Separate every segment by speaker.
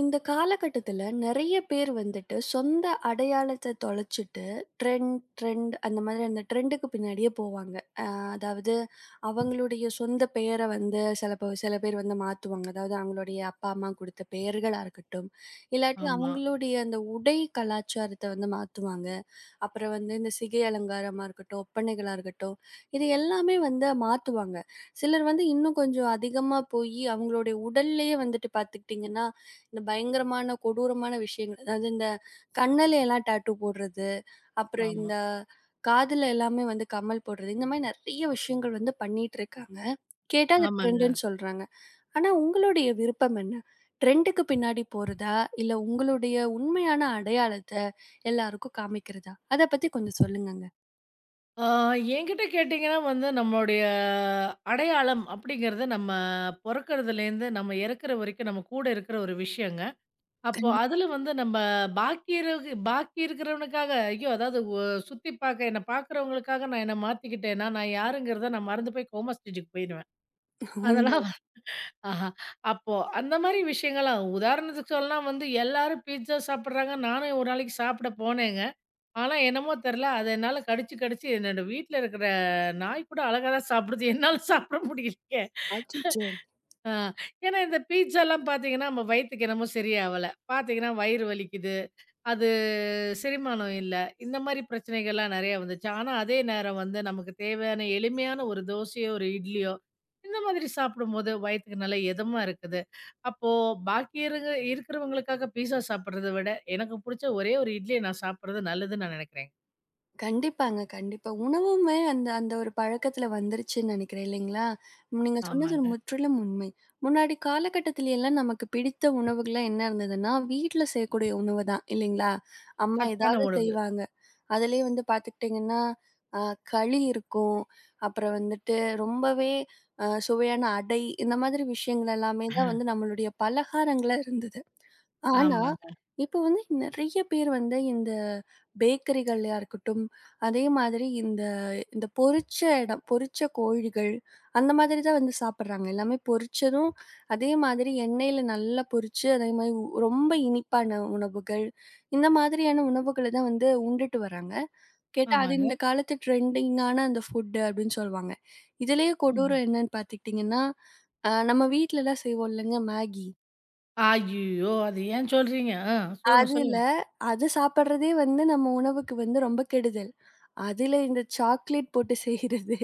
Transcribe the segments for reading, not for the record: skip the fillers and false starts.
Speaker 1: இந்த காலகட்டத்துல நெறைய பேர் வந்துட்டு சொந்த அடையாளத்த தொலைச்சிட்டு, ட்ரெண்ட் ட்ரெண்ட் அந்த மாதிரி அந்த ட்ரெண்டுக்கு பின்னாடியே போவாங்க. அதாவது அவங்களுடைய சொந்த பெயர வந்து சில பேர் வந்து மாத்துவாங்க. அதாவது அவங்களுடைய அப்பா, அம்மா குடுத்த பெயர்களா இருக்கட்டும், இல்லாட்டி
Speaker 2: ஆமா,
Speaker 1: அவங்களுடைய அந்த உடை கலாச்சாரத்த வந்து மாத்துவாங்க. அப்புறம் வந்து இந்த சிகை அலங்காரமா இருக்கட்டும், ஒப்பனைகளா இருக்கட்டும், இது எல்லாமே வந்து மாத்துவாங்க. சிலர் வந்து இன்னும் கொஞ்சம் அதிகமா போயி, அவங்களுடைய உடல்லயே வந்துட்டு பார்த்துக்கிட்டிங்கன்னா, இந்த பயங்கரமான, கொடூரமான விஷயங்கள் அதாவது இந்த கண்ணுல எல்லாம் டாட்டூ போடுறது, அப்புறம்
Speaker 2: ஆமா.
Speaker 1: இந்த காதுல எல்லாமே வந்து கம்மல் போடுறது, இந்த மாரி நெறைய விஷயங்கள் வந்து பண்ணிட்டு இருக்காங்க. கேட்டா அது
Speaker 2: ஆமாங்க.
Speaker 1: ட்ரெண்டுன்னு சொல்றாங்க. ஆனா, உங்களுடைய விருப்பம் என்ன? ட்ரெண்டுக்கு பின்னாடி போறதா? இல்ல உங்களுடைய உண்மையான அடையாளத்த எல்லாருக்கும் காமிக்கிறதா? அத பத்தி கொஞ்சம் சொல்லுங்கங்க.
Speaker 2: ஆ என்கிட்ட கேட்டீங்கன்னா வந்து நம்மளுடைய அடையாளம் அப்படிங்கிறது நம்ம பொறக்கிறதுலேருந்து நம்ம இறக்குற வரைக்கும் நம்ம கூட இருக்கிற ஒரு விஷயங்க. அப்போ
Speaker 1: கண்டி
Speaker 2: அதில வந்து நம்ம பாக்கி இருக்கிறவனுக்காக ஐயோ! அதாவது சுத்தி பார்க்க என்ன பார்க்குறவங்களுக்காக நான் என்ன மாத்திக்கிட்டேன்னா, நான் யாருங்கிறத நான் மறந்து போய் கோமா ஸ்டேஜுக்கு போயிருவேன்.
Speaker 1: உண்ம.
Speaker 2: அதெல்லாம் வ- ஆஹா. அப்போ அந்த மாரி விஷயங்கள்லாம் உதாரணத்துக்கு சொல்லலாம் வந்து எல்லாரும் பீட்சா சாப்பிடுறாங்க. நானும் ஒரு நாளைக்கு சாப்பிட போனேங்க. ஆனா என்னமோ தெரியல. அத என்னால கடிச்சு, கடிச்சு என்னோட வீட்ல இருக்கிற நாய் கூட அழகா தான் சாப்பிடுது. என்னால சாப்பிட முடியலையே.
Speaker 1: அச்சச்சோ!
Speaker 2: ஆ ஏன்னா இந்த பீட்ஸாலாம் பார்த்தீங்கன்னா, நம்ம வயித்துக்கு என்னமோ சரியாவல. பார்த்தீங்கன்னா வயிறு வலிக்குது. அது செரிமானம் இல்ல. இந்த மாரி பிரச்சனைகள்லாம் நெறையா வந்துச்சு. ஆனா அதே நேரம் வந்து நமக்கு தேவையான எளிமையான ஒரு தோசையோ, ஒரு இட்லியோ இந்த மாதிரி சாப்பிடும்போது வயித்துக்கு நல்லா எதமா இருக்குது. அப்போ பாக்கி இருக இருக்கிறவங்களுக்காக பீட்ஸா சாப்பிடுறத விட எனக்கு புடிச்ச ஒரே ஒரு இட்லிய நான் சாப்பிடுறது நல்லதுன்னு நான் நெனைக்கிறேங்க.
Speaker 1: கண்டிப்பாங்க, கண்டிப்பா. உணவுமே அந்த அந்த ஒரு பழக்கத்துல வந்துருச்சுன்னு நெனைக்கிறேன் இல்லைங்களா? ம், நீங்க சொன்னது ஒரு
Speaker 2: ஆமாங்க.
Speaker 1: முற்றிலும் உண்மை. முன்னாடி காலகட்டத்தில எல்லாம் நமக்கு பிடித்த உணவுகள்லாம் என்ன இருந்ததுன்னா, வீட்ல செய்யக்கூடிய உணவு தான் இல்லைங்களா? அம்மா
Speaker 2: சத்தான
Speaker 1: ஏதாவது
Speaker 2: உணவு.
Speaker 1: செய்வாங்க. அதுலயே வந்து பார்த்துக்கிட்டீங்கன்னா, அ களி இருக்கும். அப்புறம் வந்துட்டு ரொம்பவே சுவையான அடை, இந்த மாதிரி விஷயங்கள் எல்லாமே தான் வந்து நம்மளுடைய பலகாரங்களா இருந்தது. ஆனா,
Speaker 2: ஆமாங்க,
Speaker 1: இப்போ வந்து நெறைய பேர் வந்து இந்த பேக்கரிகள்லயா இருக்கட்டும், அதே மாதிரி இந்த இந்த பொரிச்ச இடம், பொரிச்ச கோழிகள் அந்த மாதிரி தான் வந்து சாப்பிடுறாங்க. எல்லாமே பொரிச்சதும், அதே மாதிரி எண்ணெயில நல்லா பொரிச்சு, அதே மாரி ரொம்ப இனிப்பான உணவுகள், இந்த மாதிரியான உணவுகள தான் வந்து உண்டுட்டு வராங்க. கேட்டா, அது
Speaker 2: ஆமாங்க,
Speaker 1: இந்த காலத்து ட்ரெண்டிங்கான அந்த ஃபுட் அப்படின்னு சொல்லுவாங்க. இதிலேயே
Speaker 2: ஆமா.
Speaker 1: கொடூரம் என்னன்னு பார்த்துக்கிட்டிங்கன்னா, நம்ம வீட்லலாம் செய்வோம் இல்லங்க மேகி.
Speaker 2: ஐய்யய்யோ! அது ஏன் சொல்றீங்க? சொல்லுங்க,
Speaker 1: அதுல
Speaker 2: சொல்லுங்க.
Speaker 1: அது சாப்பிடுறதே வந்து நம்ம உணவுக்கு வந்து ரொம்ப கெடுதல். அதுல இந்த சாக்லேட் போட்டு செய்றது,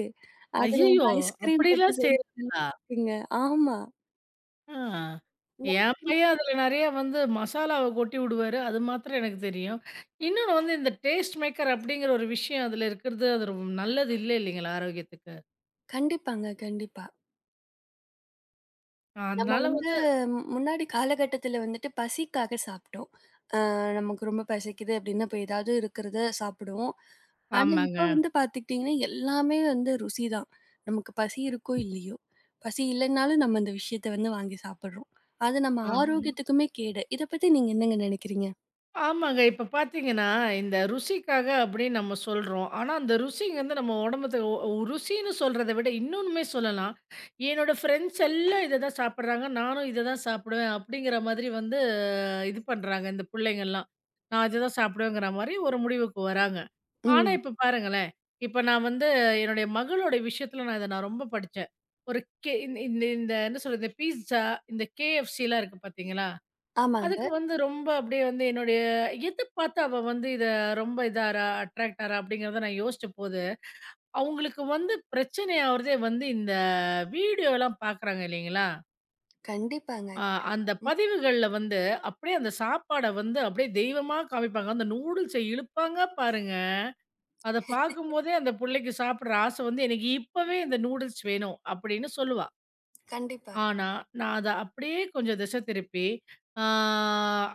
Speaker 1: அதுல வந்து
Speaker 2: ஐய்யய்யோ!
Speaker 1: ஐஸ்கிரீம் போட்டு
Speaker 2: அப்படிலாம்
Speaker 1: செய்றது
Speaker 2: செய்றாங்களா?
Speaker 1: இருக்குங்க. ஆமா.
Speaker 2: ஆ.
Speaker 1: இந்த
Speaker 2: என்
Speaker 1: மாதிரி
Speaker 2: பையன் அதில நெறைய வந்து மசாலாவ கொட்டி விடுவாரு. அது மாத்திரம் எனக்கு தெரியும். இன்னொன்னு வந்து இந்த டேஸ்ட் மேக்கர் அப்படிங்கிற ஒரு விஷயம் அதில இருக்கிறது, அது ரொம்ப நல்லது இல்ல இல்லைங்களா ஆரோக்கியத்துக்கு?
Speaker 1: கண்டிப்பாங்க, கண்டிப்பா.
Speaker 2: ஆ,
Speaker 1: நம்ம
Speaker 2: அதனால
Speaker 1: வந்து
Speaker 2: வந்து
Speaker 1: முன்னாடி காலகட்டத்தில வந்துட்டு பசிக்காக சாப்பிட்டோம். நமக்கு ரொம்ப பசிக்குது அப்படின்னா, போய் ஏதாவது இருக்கிறத சாப்பிடுவோம். ஆனா, இப்ப
Speaker 2: ஆமாங்க.
Speaker 1: வந்து பார்த்துக்கிட்டீங்கன்னா, எல்லாமே வந்து ருசி தான். நமக்கு பசி இருக்கோ! இல்லையோ! பசி இல்லன்னாலும் நம்ம இந்த விஷயத்த வந்து வாங்கி சாப்பிடுறோம். அது நம்ம
Speaker 2: ஆ.
Speaker 1: ஆரோக்கியத்துக்குமே கேடு. இத பத்தி நீங்க என்னங்க நினைக்கிறீங்க?
Speaker 2: ஆமாங்க. இப்ப பார்த்தீங்கன்னா, இந்த ருசிக்காக அப்படின்னு நம்ம சொல்றோம். ஆனா, அந்த ருசிங்க வந்து நம்ம உடம்புத்துக்கு ஒ ஒ- ருசின்னு சொல்றத விட இன்னொன்னுமே சொல்லலாம். என்னோட ஃப்ரெண்ட்ஸ் எல்லாம் இத தான் சாப்பிடுறாங்க. நானும் இத தான் சாப்பிடுவேன் அப்படிங்கிற மாதிரி வந்து இது பண்றாங்க இந்த புள்ளைங்கலாம். நான் இத தான் சாப்பிடுவேங்கிற மாரி ஒரு முடிவுக்கு வராங்க. ஆனா,
Speaker 1: ம்.
Speaker 2: இப்ப பாருங்களேன். இப்ப நான் வந்து என்னுடைய மகளோட விஷயத்துல நான் இத ரொம்ப படிச்சேன். ஒரு கே இந்த இந்த இந்த என்ன சொல்றது? இந்த பீட்ஸா, இந்த KFCலாம் இருக்கு பார்த்தீங்களா?
Speaker 1: ஆமாங்க.
Speaker 2: அதுக்கு வந்து ரொம்ப அப்படியே வந்து என்னுடைய எது பார்த்து அவ வந்து இத ரொம்ப இதாரா, அட்ராக்ட் ஆறா அப்படிங்கிறத நான் யோசிச்சபோது, அவங்களுக்கு வந்து பிரச்சனை ஆவுறதே வந்து இந்த வீடியோலாம் பார்க்குறாங்க இல்லைங்களா?
Speaker 1: கண்டிப்பாங்க.
Speaker 2: அ
Speaker 1: கண்டிப்பா.
Speaker 2: அந்த
Speaker 1: ம்.
Speaker 2: பதிவுகள்ல வந்து அப்படியே அந்த சாப்பாட வந்து அப்படியே தெய்வமா காமிப்பாங்க. அந்த நூடுல்ஸ இழுப்பாங்க பாருங்க. அத பார்க்கும்போதே அந்த புள்ளைக்கு சாப்பிடுற ஆசை வந்து, "எனக்கு இப்பவே இந்த நூடுல்ஸ் வேணும்" அப்படின்னு சொல்லுவா.
Speaker 1: கண்டிப்பா.
Speaker 2: ஆனா, நான் அத அப்படியே கொஞ்சம் திசை திருப்பி, ஆ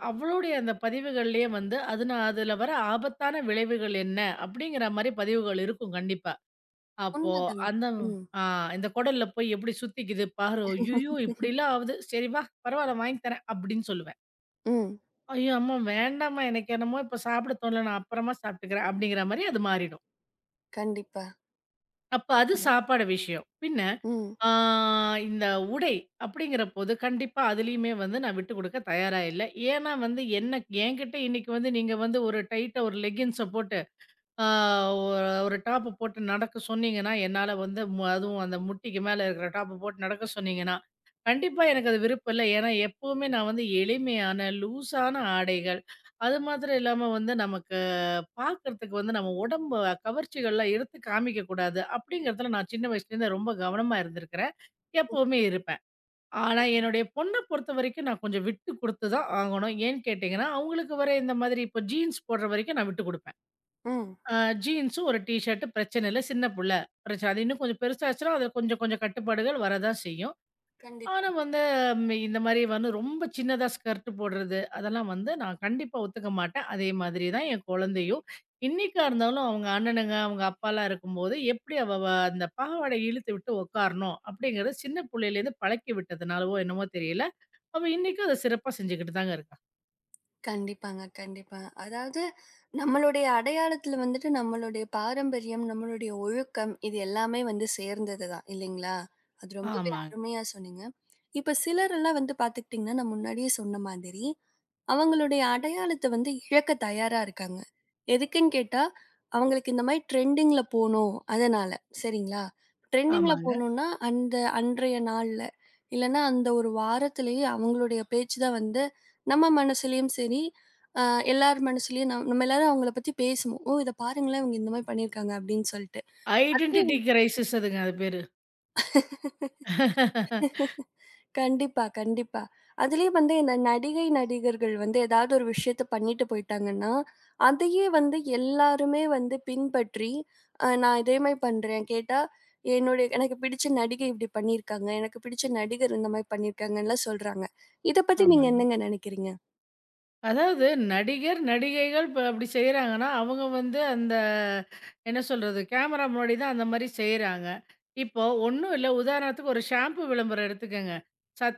Speaker 2: அவளுடைய அந்த பதிவுகள்லயே வந்து, அது நான் அதுல வர ஆபத்தான விளைவுகள் என்ன? அப்படிங்கிற மாரி பதிவுகள் இருக்கும் கண்டிப்பா. அப்போ
Speaker 1: உண்மதாங்க.
Speaker 2: அந்த
Speaker 1: ம்.
Speaker 2: ஆ இந்த குடல்ல போய் எப்படி சுத்திக்குது பாரு. ஐய்யயோ! இப்படிலாம் ஆவுது. சரி வா, பரவால்ல வாங்கி தரேன் அப்படின்னு சொல்லுவேன்.
Speaker 1: ம்.
Speaker 2: ஐயோ! அம்மா வேண்டாம்மா எனக்கு என்னமோ இப்ப சாப்பிட தோணல. நான் அப்புறமா சாப்பிட்டுக்கிறேன் அப்படிங்கிற மாரி அது மாறிடும்.
Speaker 1: கண்டிப்பா.
Speaker 2: அப்ப அது சாப்பாடு விஷயம். பின்ன
Speaker 1: ம்.
Speaker 2: ஆ இந்த உடை அப்படிங்கிறபோது, கண்டிப்பா அதிலயுமே வந்து நான் விட்டு குடுக்க தயாரா இல்ல. ஏன்னா வந்து என்ன என்கிட்ட இன்னைக்கு வந்து நீங்க வந்து ஒரு டைட்டா ஒரு லெக்கின்ஸ போட்டு, ஆ ஒரு ஒரு டாப்ப போட்டு நடக்க சொன்னீங்கன்னா, என்னால வந்து அதுவும் அந்த முட்டிக்கு மேல இருக்கிற டாப்ப போட்டு நடக்க சொன்னீங்கன்னா, கண்டிப்பா எனக்கு அது விருப்பம் இல்ல. ஏன்னா எப்பவுமே நான் வந்து எளிமையான, லூஸான ஆடைகள், அது மாத்திரம் இல்லாம வந்து நமக்கு பார்க்கறதுக்கு வந்து நம்ம உடம்ப கவர்ச்சிகள்லாம் எடுத்து காமிக்க கூடாது. அப்படிங்கிறதுல நான் சின்ன வயசுலேருந்தே ரொம்ப கவனமா இருந்திருக்கிறேன். எப்பவுமே இருப்பேன். ஆனா, என்னுடைய பொண்ண பொறுத்தவரைக்கும் நான் கொஞ்சம் விட்டு குடுத்து தான் ஆகணும். ஏன்னு கேட்டீங்கன்னா, அவங்களுக்கு வர இந்த மாதிரி இப்போ ஜீன்ஸ் போடுற வரைக்கும் நான் விட்டு குடுப்பேன்.
Speaker 1: ம்.
Speaker 2: அ ஜீன்ஸும் ஒரு டீ ஷர்ட் பிரச்சனை இல்ல. சின்ன புள்ள பிரச்சனை அது இன்னும் கொஞ்சம் பெருசாச்சுன்னா, அதுல கொஞ்சம் கொஞ்சம் கட்டுப்பாடுகள் வரதான் செய்யும். ஆனா
Speaker 1: கண்டிப்பா.
Speaker 2: வந்து இந்த மாரி வந்து ரொம்ப சின்னதா ஸ்கர்ட் போடுறது, அதெல்லாம் வந்து நான் கண்டிப்பா ஒத்துக்க மாட்டேன். அதே மாதிரி தான் என் குழந்தையும். இன்னைக்கா இருந்தாலும் அவங்க அண்ணனுங்க, அவங்க அப்பாலாம் இருக்கும்போது, எப்படி அவ வ அந்த பாவாடைய இழுத்து விட்டு உட்காரணும் அப்படிங்கிறத சின்ன புள்ளையிலேருந்து பழக்கி விட்டதுனாலவோ என்னமோ தெரியல, அவ இன்னைக்கும் அத சிறப்பா செஞ்சுகிட்டு தாங்க இருக்கா.
Speaker 1: கண்டிப்பாங்க, கண்டிப்பா. அதாவது நம்மளுடைய அடையாளத்துல வந்துட்டு நம்மளுடைய பாரம்பரியம், நம்மளுடைய ஒழுக்கம் இது எல்லாமே வந்து சேர்ந்தது தான் இல்லைங்களா? அது ரொம்பவே
Speaker 2: ஆமாங்க,
Speaker 1: அருமையா சொன்னீங்க. இப்ப சிலரெல்லாம் வந்து பார்த்துக்கிட்டீங்கன்னா, நான் முன்னாடியே சொன்ன மாதிரி, அவங்களுடைய அடையாளத்த வந்து இழக்க தயாரா இருக்காங்க. எதுக்குன்னு கேட்டா, அவங்களுக்கு இந்த மாரி ட்ரெண்டிங்ல போணும் அதனால. சரிங்களா? ட்ரெண்டிங்ல
Speaker 2: ஆமாங்க.
Speaker 1: போணும்னா அந்த அன்றைய நாள்ல, இல்லன்னா அந்த ஒரு வாரத்திலேயே அவங்களுடைய பேச்சு தான் வந்து நம்ம மனசுலயும் சரி, அ எல்லார் மனசுலயும் நம்ம எல்லாரும் அவங்கள பத்தி பேசுவோம். "ஓ! இத பாருங்களேன் இவங்க இந்த மாரி பண்ணியிருக்காங்க" அப்படின்னு சொல்ட்டு. அதுலயே
Speaker 2: ஐடென்டிட்டி
Speaker 1: வந்து
Speaker 2: கிரைசிஸ் அதுங்க அது பேரு.
Speaker 1: கண்டிப்பா, கண்டிப்பா. அதுலயும் வந்து இந்த நடிகை, நடிகர்கள் வந்து ஏதாவது ஒரு விஷயத்த பண்ணிட்டு போயிட்டாங்கன்னா, அதையே வந்து எல்லாருமே வந்து பின்பற்றி, "நான் இதே மாரி பண்றேன்" கேட்டா, "என்னுடைய எனக்கு பிடிச்ச நடிகை இப்படி பண்ணியிருக்காங்க. எனக்கு பிடிச்ச நடிகர் இந்த மாரி பண்ணியிருக்காங்கன்லாம்" சொல்றாங்க. இத பத்தி நீங்க
Speaker 2: ஆமாங்க.
Speaker 1: என்னங்க நெனைக்கிறீங்க?
Speaker 2: அதாவது நடிகர், நடிகைகள் இப்ப அப்படி செய்றாங்கன்னா, அவங்க வந்து அந்த என்ன சொல்றது? கேமரா முன்னாடி தான் அந்த மாரி செய்றாங்க. இப்போ ஒண்ணும் இல்ல. உதாரணத்துக்கு ஒரு ஷாம்பு விளம்பரம் எடுத்துக்கங்க.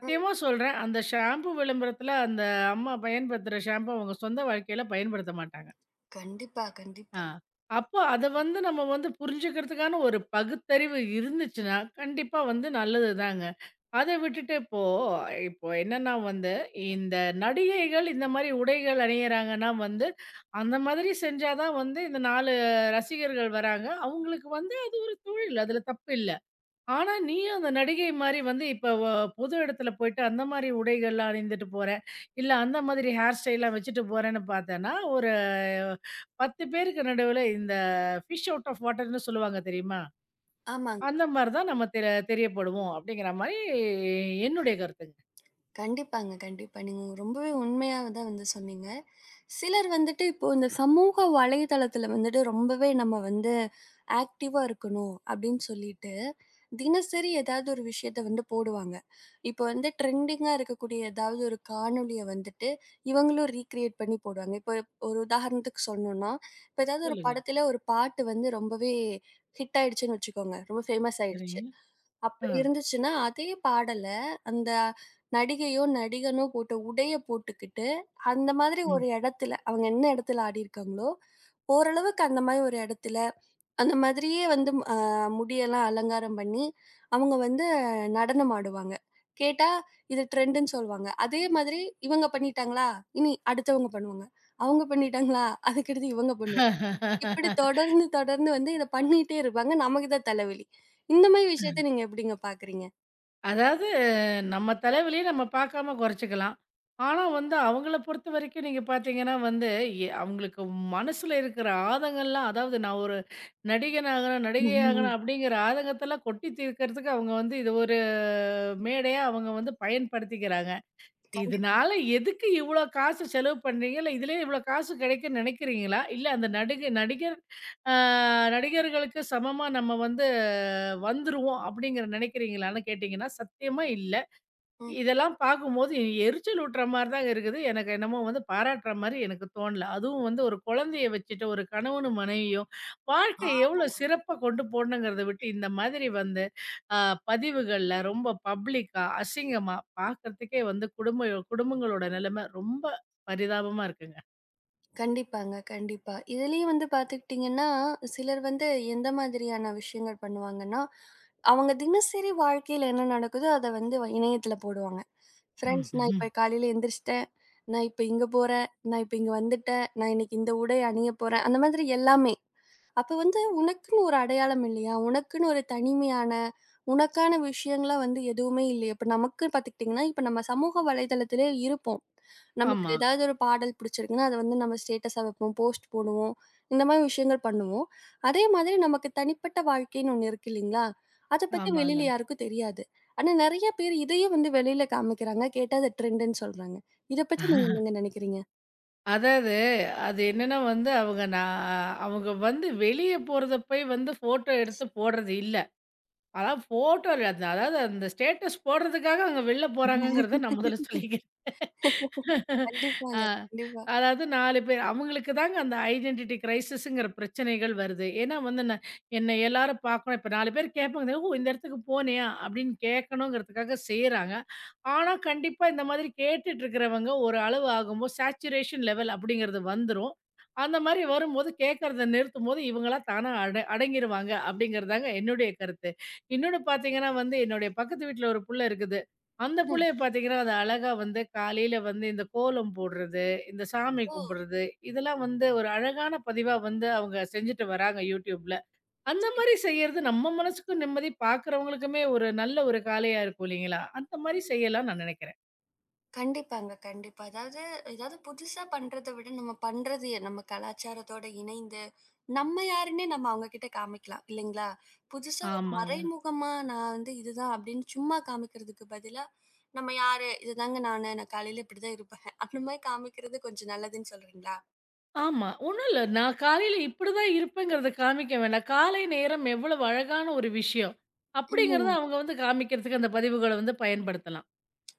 Speaker 1: ம்.
Speaker 2: சொல்றேன். அந்த ஷாம்பு விளம்பரத்தில அந்த அம்மா பயன்படுத்துற ஷாம்பு அவங்க சொந்த வாழ்க்கையில பயன்படுத்த மாட்டாங்க.
Speaker 1: கண்டிப்பா, கண்டிப்பா.
Speaker 2: ஆ. அப்போ அத வந்து நம்ம வந்து புரிஞ்சுக்கிறதுக்கான ஒரு பகுத்தறிவு இருந்துச்சுன்னா, கண்டிப்பா வந்து நல்லதுதாங்க. அத விட்டுட்டு இப்போ இப்போ என்னன்னா வந்து, இந்த நடிகைகள் இந்த மாரி உடைகள் அணியிறாங்கன்னா வந்து, அந்த மாதிரி செஞ்சா தான் வந்து இந்த 4 ரசிகர்கள் வராங்க. அவங்களுக்கு வந்து அது ஒரு தொழில். அதுல தப்பு இல்ல. ஆனா நீயும் அந்த நடிகை மாரி வந்து இப்ப வ பொது இடத்துல போயிட்டு அந்த மாரி உடைகள்லாம் அணிந்துட்டு போற, இல்ல அந்த மாதிரி ஹேர் ஸ்டைல்லாம் வச்சுட்டு போறேன்னு பார்த்தேன்னா, ஒரு 10 பேருக்கு நடுவுல இந்த ஃபிஷ் அவுட் ஆஃப் வாட்டர்ன்னு சொல்லுவாங்க தெரியுமா?
Speaker 1: ஆமாங்க.
Speaker 2: அந்த மாரி தான் நம்ம தெரியப்படுவோம் அப்படிங்கிற மாரி என்னுடைய கருத்துங்க.
Speaker 1: கண்டிப்பாங்க, கண்டிப்பா. நீங்க ரொம்பவே உண்மையா தான் வந்து சொன்னீங்க. சிலர் வந்துட்டு இப்போ இந்த சமூக வலைதளத்தில வந்துட்டு ரொம்பவே நம்ம வந்து ஆக்டிவா இருக்கணும் அப்படின்னு சொல்லிட்டு, தினசரி ஏதாவது ஒரு விஷயத்த வந்து போடுவாங்க. இப்போ வந்து ட்ரெண்டிங்கா இருக்கக்கூடிய ஏதாவது ஒரு காணொளிய வந்துட்டு இவங்களும் ரீக்ரியேட் பண்ணி போடுவாங்க. இப்போ ஒரு உதாரணத்துக்கு சொல்லணும்னா, இப்போ ஏதாவது ஒரு
Speaker 2: சொல்லுங்க.
Speaker 1: படத்தில ஒரு பாட்டு வந்து ரொம்பவே ஹிட் ஆயிடுச்சுன்னு வச்சுக்கோங்க. ரொம்ப ஃபேமஸ் ஆயிடுச்சு.
Speaker 2: சரிங்க. ஆ.
Speaker 1: அப்படி இருந்துச்சுன்னா, அதே பாடல அந்த நடிகையோ, நடிகனோ போட்ட உடைய போட்டுக்கிட்டு, அந்த மாதிரி
Speaker 2: ம்.
Speaker 1: ஒரு இடத்துல அவங்க என்ன இடத்துல ஆடியிருக்காங்களோ, ஓரளவுக்கு அந்த மாரி ஒரு இடத்துல, அந்த மாதிரியே வந்து முடியெல்லாம் அலங்காரம் பண்ணி, அவங்க வந்து நடனம் ஆடுவாங்க. கேட்டா, இது ட்ரெண்டுன்னு சொல்லுவாங்க. அதே மாதிரி இவங்க பண்ணிட்டாங்களா, இனி அடுத்தவங்க பண்ணுவாங்க. அவங்க பண்ணிட்டாங்களா, அதுக்கடுத்து இவங்க பண்ணுவாங்க. இப்படி தொடர்ந்து, தொடர்ந்து வந்து இத பண்ணிட்டே இருப்பாங்க. நமக்கு தான் தலைவலி. இந்த மாரி விஷயத்த நீங்க எப்படிங்க பாக்குறீங்க?
Speaker 2: அதாவது நம்ம தலைவலிய நம்ம பார்க்காம குறைச்சுக்கலாம். ஆனா வந்து அவங்கள பொறுத்தவரைக்கும் நீங்க பார்த்தீங்கன்னா வந்து, அவங்களுக்கு மனசுல இருக்கிற ஆதங்கம்லாம் அதாவது நான் ஒரு நடிகன் ஆகணும், நடிகை
Speaker 1: ம்.
Speaker 2: ஆகணும் அப்படிங்கிற ஆதங்கத்தெல்லாம் கொட்டி தீர்க்கிறதுக்கு அவங்க வந்து இது ஒரு மேடையா அவங்க வந்து பயன்படுத்திக்கிறாங்க.
Speaker 1: கண்டிப்பா.
Speaker 2: இதனால எதுக்கு இவ்ளோ காசு செலவு பண்றீங்க? இல்ல இதுலயே இவ்ளோ காசு கிடைக்கும்னு நெனைக்கிறீங்களா? இல்ல அந்த நடிகை நடிகர் அ நடிகர்களுக்கு சமமா நம்ம வந்து வந்துருவோம் அப்படிங்கிற நெனைக்கிறீங்களான்னு கேட்டீங்கன்னா, சத்தியமா இல்ல. இதெல்லாம் பார்க்கும்போது எரிச்சல் ஊட்டுற மாரி தாங்க இருக்குது. எனக்கு என்னமோ வந்து பாராட்டுற மாரி எனக்கு தோணல. அதுவும் வந்து ஒரு குழந்தைய வச்சுட்டு ஒரு கணவனும் மனைவியும் வாழ்க்கைய எவ்வளோ சிறப்பா கொண்டு போணுங்கிறத விட்டு, இந்த மாதிரி வந்து அ பதிவுகள்ல ரொம்ப பப்ளிக்கா, அசிங்கமா பார்க்கறதுக்கே வந்து குடும்பங்களோட நிலைமை ரொம்ப பரிதாபமா இருக்குங்க.
Speaker 1: கண்டிப்பாங்க, கண்டிப்பா. இதுலயும் வந்து பாத்துக்கிட்டீங்கன்னா, சிலர் வந்து எந்த மாதிரியான விஷயங்கள் பண்ணுவாங்கன்னா, அவங்க தினசரி வாழ்க்கையில என்ன நடக்குதோ, அத வந்து இணையத்துல போடுவாங்க. ஃப்ரெண்ட்ஸ் நான்
Speaker 2: ம்ஹ்ம்.
Speaker 1: இப்ப காலையில எந்திரிச்சிட்டேன். நான் இப்ப இங்க போறேன். நான் இப்ப இங்க வந்துட்டேன். நான் இன்னைக்கு இந்த உடை அணிய போறேன். அந்த மாதிரி எல்லாமே. அப்ப வந்து உனக்குன்னு ஒரு அடையாளம் இல்லையா? உனக்குன்னு ஒரு தனிமையான, உனக்கான விஷயங்கள்லாம் வந்து எதுவுமே இல்லையா? இப்ப நமக்கு பாத்துக்கிட்டீங்கன்னா, இப்ப நம்ம சமூக வலைதளத்திலே இருப்போம். நமக்கு
Speaker 2: ஆமா.
Speaker 1: ஏதாவது ஒரு பாடல் பிடிச்சிருக்குன்னா, அத வந்து நம்ம ஸ்டேட்டஸா வைப்போம், போஸ்ட் போடுவோம். இந்த மாதிரி விஷயங்கள் பண்ணுவோம். அதே மாதிரி நமக்கு தனிப்பட்ட வாழ்க்கைன்னு ஒண்ணு இருக்கு இல்லீங்களா? அத பத்தி வெளியில
Speaker 2: ஆமாங்க.
Speaker 1: யாருக்கும் தெரியாது. ஆனா நெறைய பேர் இதையும் வந்து வெளியில காமிக்கிறாங்க. கேட்டா அது ட்ரெண்டுன்னு சொல்றாங்க. இத பத்தி நீங்க என்னங்க நெனைக்கிறீங்க?
Speaker 2: அதாவது அது என்னன்னா வந்து அவங்க வந்து வெளிய போறத போய் வந்து ஃபோட்டோ எடுத்து போடுறது இல்ல. அதான் ஃபோட்டோ இல்ல. அதாவது அந்த ஸ்டேட்டஸ் போடுறதுக்காக அவங்க வெளில போறாங்கங்கிறத நான் முதல்ல சொல்லிக்கிறேன்.
Speaker 1: கண்டிப்பாங்க.
Speaker 2: ஆ,
Speaker 1: கண்டிப்பா.
Speaker 2: அதாவது 4 பேர். அவங்களுக்கு தாங்க அந்த ஐடென்டிட்டி கிரைசிஸ்ங்கிற பிரச்சனைகள் வருது. ஏன்னா வந்து என்ன எல்லாரும் பார்க்கணும். இப்ப 4 பேர் கேட்பாங்க. "ஓ! இந்த இடத்துக்கு போனியா?" அப்படின்னு கேட்கணுங்கிறதுக்காக செய்றாங்க. ஆனா, கண்டிப்பா இந்த மாதிரி கேட்டுட்டு இருக்கிறவங்க ஒரு அளவு ஆகும்போது சேச்சுரேஷன் லெவல் அப்படிங்கிறது வந்துரும். அந்த மாரி வரும்போது கேட்கறத நிறுத்தும்போது, இவங்களா தானா அடங்கிருவாங்க அப்படிங்கிறதாங்க என்னுடைய கருத்து. இன்னொன்னு பார்த்தீங்கன்னா வந்து, என்னுடைய பக்கத்து வீட்ல ஒரு புள்ள இருக்குது. அந்த
Speaker 1: ம்.
Speaker 2: புள்ளைய பார்த்தீங்கன்னா, அது அழகா வந்து காலையில வந்து இந்த கோலம் போடுறது, இந்த சாமி
Speaker 1: ஓ!
Speaker 2: கும்பிடுறது, இதெல்லாம் வந்து ஒரு அழகான பதிவா வந்து அவங்க செஞ்சுட்டு வராங்க YouTubeல. அந்த மாரி செய்யறது நம்ம மனசுக்கும் நிம்மதி, பார்க்குறவங்களுக்குமே ஒரு நல்ல ஒரு காலையா இருக்கும் இல்லைங்களா? அந்த மாரி செய்யலாம்னு நான் நெனைக்கிறேன்.
Speaker 1: கண்டிப்பாங்க. கண்டிப்பா. அதாவது ஏதாவது புதுசா பண்றத விட நம்ம பண்றது நம்ம கலாச்சாரத்தோட இணைந்து, நம்ம யாருன்னே நம்ம அவங்க கிட்ட காமிக்கலாம். இல்லைங்களா? புதுசா ஒரு
Speaker 2: ஆமாங்க.
Speaker 1: மறைமுகமா நான் வந்து இதுதான் அப்படின்னு சும்மா காமிக்கிறதுக்கு பதிலா, நம்ம யாரு? இதுதாங்க நானு. நான் காலையில இப்படிதான் இருப்பேன். அந்த மாரி காமிக்கிறது கொஞ்சம் நல்லதுன்னு சொல்றீங்களா?
Speaker 2: ஆமா. ஒண்ணும் இல்ல. நான் காலையில இப்படிதான் இருப்பேங்கிறத காமிக்க வேண்டாம். காலை நேரம் எவ்வளவு அழகான ஒரு விஷயம். அப்படிங்கிறத
Speaker 1: ம்.
Speaker 2: அவங்க வந்து காமிக்கிறதுக்கு அந்த பதிவுகள வந்து பயன்படுத்தலாம்.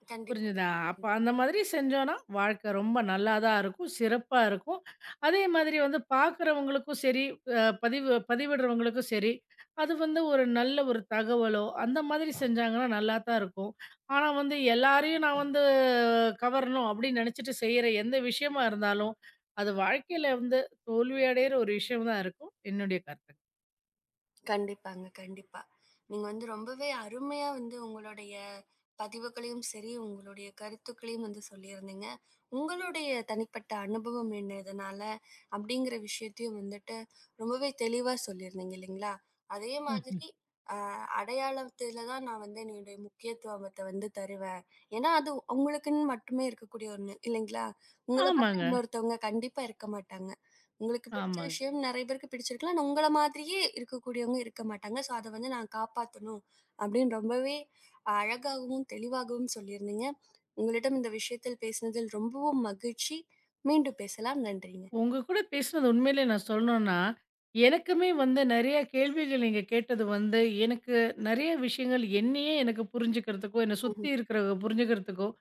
Speaker 1: கண்டிப்பா.
Speaker 2: புரிஞ்சுதா? அப்ப அந்த மாதிரி செஞ்சோம்னா, வாழ்க்கை ரொம்ப நல்லா தான் இருக்கும். சிறப்பா இருக்கும். அதே மாதிரி வந்து பார்க்குறவங்களுக்கும் சரி, பதிவு பதிவிடுறவங்களுக்கும் சரி, அது வந்து ஒரு நல்ல ஒரு தகவலோ, அந்த மாதிரி செஞ்சாங்கன்னா நல்லா தான் இருக்கும். ஆனா வந்து எல்லாரையும் நான் வந்து கவரணும் அப்படின்னு நெனச்சுட்டு செய்ற எந்த விஷயமா இருந்தாலும், அது வாழ்க்கையில வந்து தோல்வி அடையிற ஒரு விஷயம் தான் இருக்கும். என்னுடைய கருத்து.
Speaker 1: கண்டிப்பாங்க, கண்டிப்பா. நீங்க வந்து ரொம்பவே அருமையா வந்து உங்களுடைய பதிவுகளையும் சரி, உங்களுடைய கருத்துக்களையும் வந்து சொல்லியிருந்தீங்க. உங்களுடைய தனிப்பட்ட அனுபவம் என்ன இதனால? அப்படிங்கிற விஷயத்தையும் வந்துட்டு ரொம்பவே தெளிவா சொல்லியிருந்தீங்க இல்லைங்களா? அதே
Speaker 2: ம்.
Speaker 1: மாதிரி அ அடையாளத்தில தான் நான் வந்து என்னுடைய முக்கியத்துவத்த வந்து தருவேன். ஏன்னா, அது உங்களுக்குன்னு மட்டுமே இருக்கக்கூடிய ஒண்ணு இல்லைங்களா? உங்கள பார்த்தா
Speaker 2: ஆமாங்க,
Speaker 1: இன்னொருத்தவங்க கண்டிப்பா இருக்க மாட்டாங்க. உங்களுக்கு பிடிச்ச
Speaker 2: ஆமாங்க.
Speaker 1: விஷயம் நெறைய பேருக்கு பிடிச்சிருக்கலாம். ஆனா, உங்கள மாதிரியே இருக்கக்கூடியவங்க இருக்க மாட்டாங்க. ஸோ, அத வந்து நான் காப்பாத்தணும் அப்படின்னு ரொம்பவே அழகாகவும், தெளிவாகவும் சொல்லியிருந்தீங்க. உங்களிடம் இந்த விஷயத்தில் பேசினதில் ரொம்பவும் மகிழ்ச்சி. மீண்டும் பேசலாம். நன்றிங்க.
Speaker 2: உங்க கூட பேசினது உண்மையிலே நான் சொல்லணும்னா, எனக்குமே வந்து நெறைய கேள்விகள் நீங்க கேட்டது வந்து, எனக்கு நெறைய விஷயங்கள் என்னையே எனக்கு புரிஞ்சுக்கிறதுக்கும், என்னை சுத்தி
Speaker 1: ம்ஹும்.
Speaker 2: இருக்கிறவங்க புரிஞ்சுக்கிறதுக்கும்,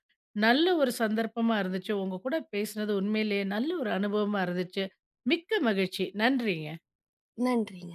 Speaker 2: நல்ல ஒரு சந்தர்ப்பமா இருந்துச்சு. உங்க கூட பேசினது உண்மையிலேயே நல்ல ஒரு அனுபவமா இருந்துச்சு. மிக்க மகிழ்ச்சி. நன்றிங்க.
Speaker 1: நன்றிங்க.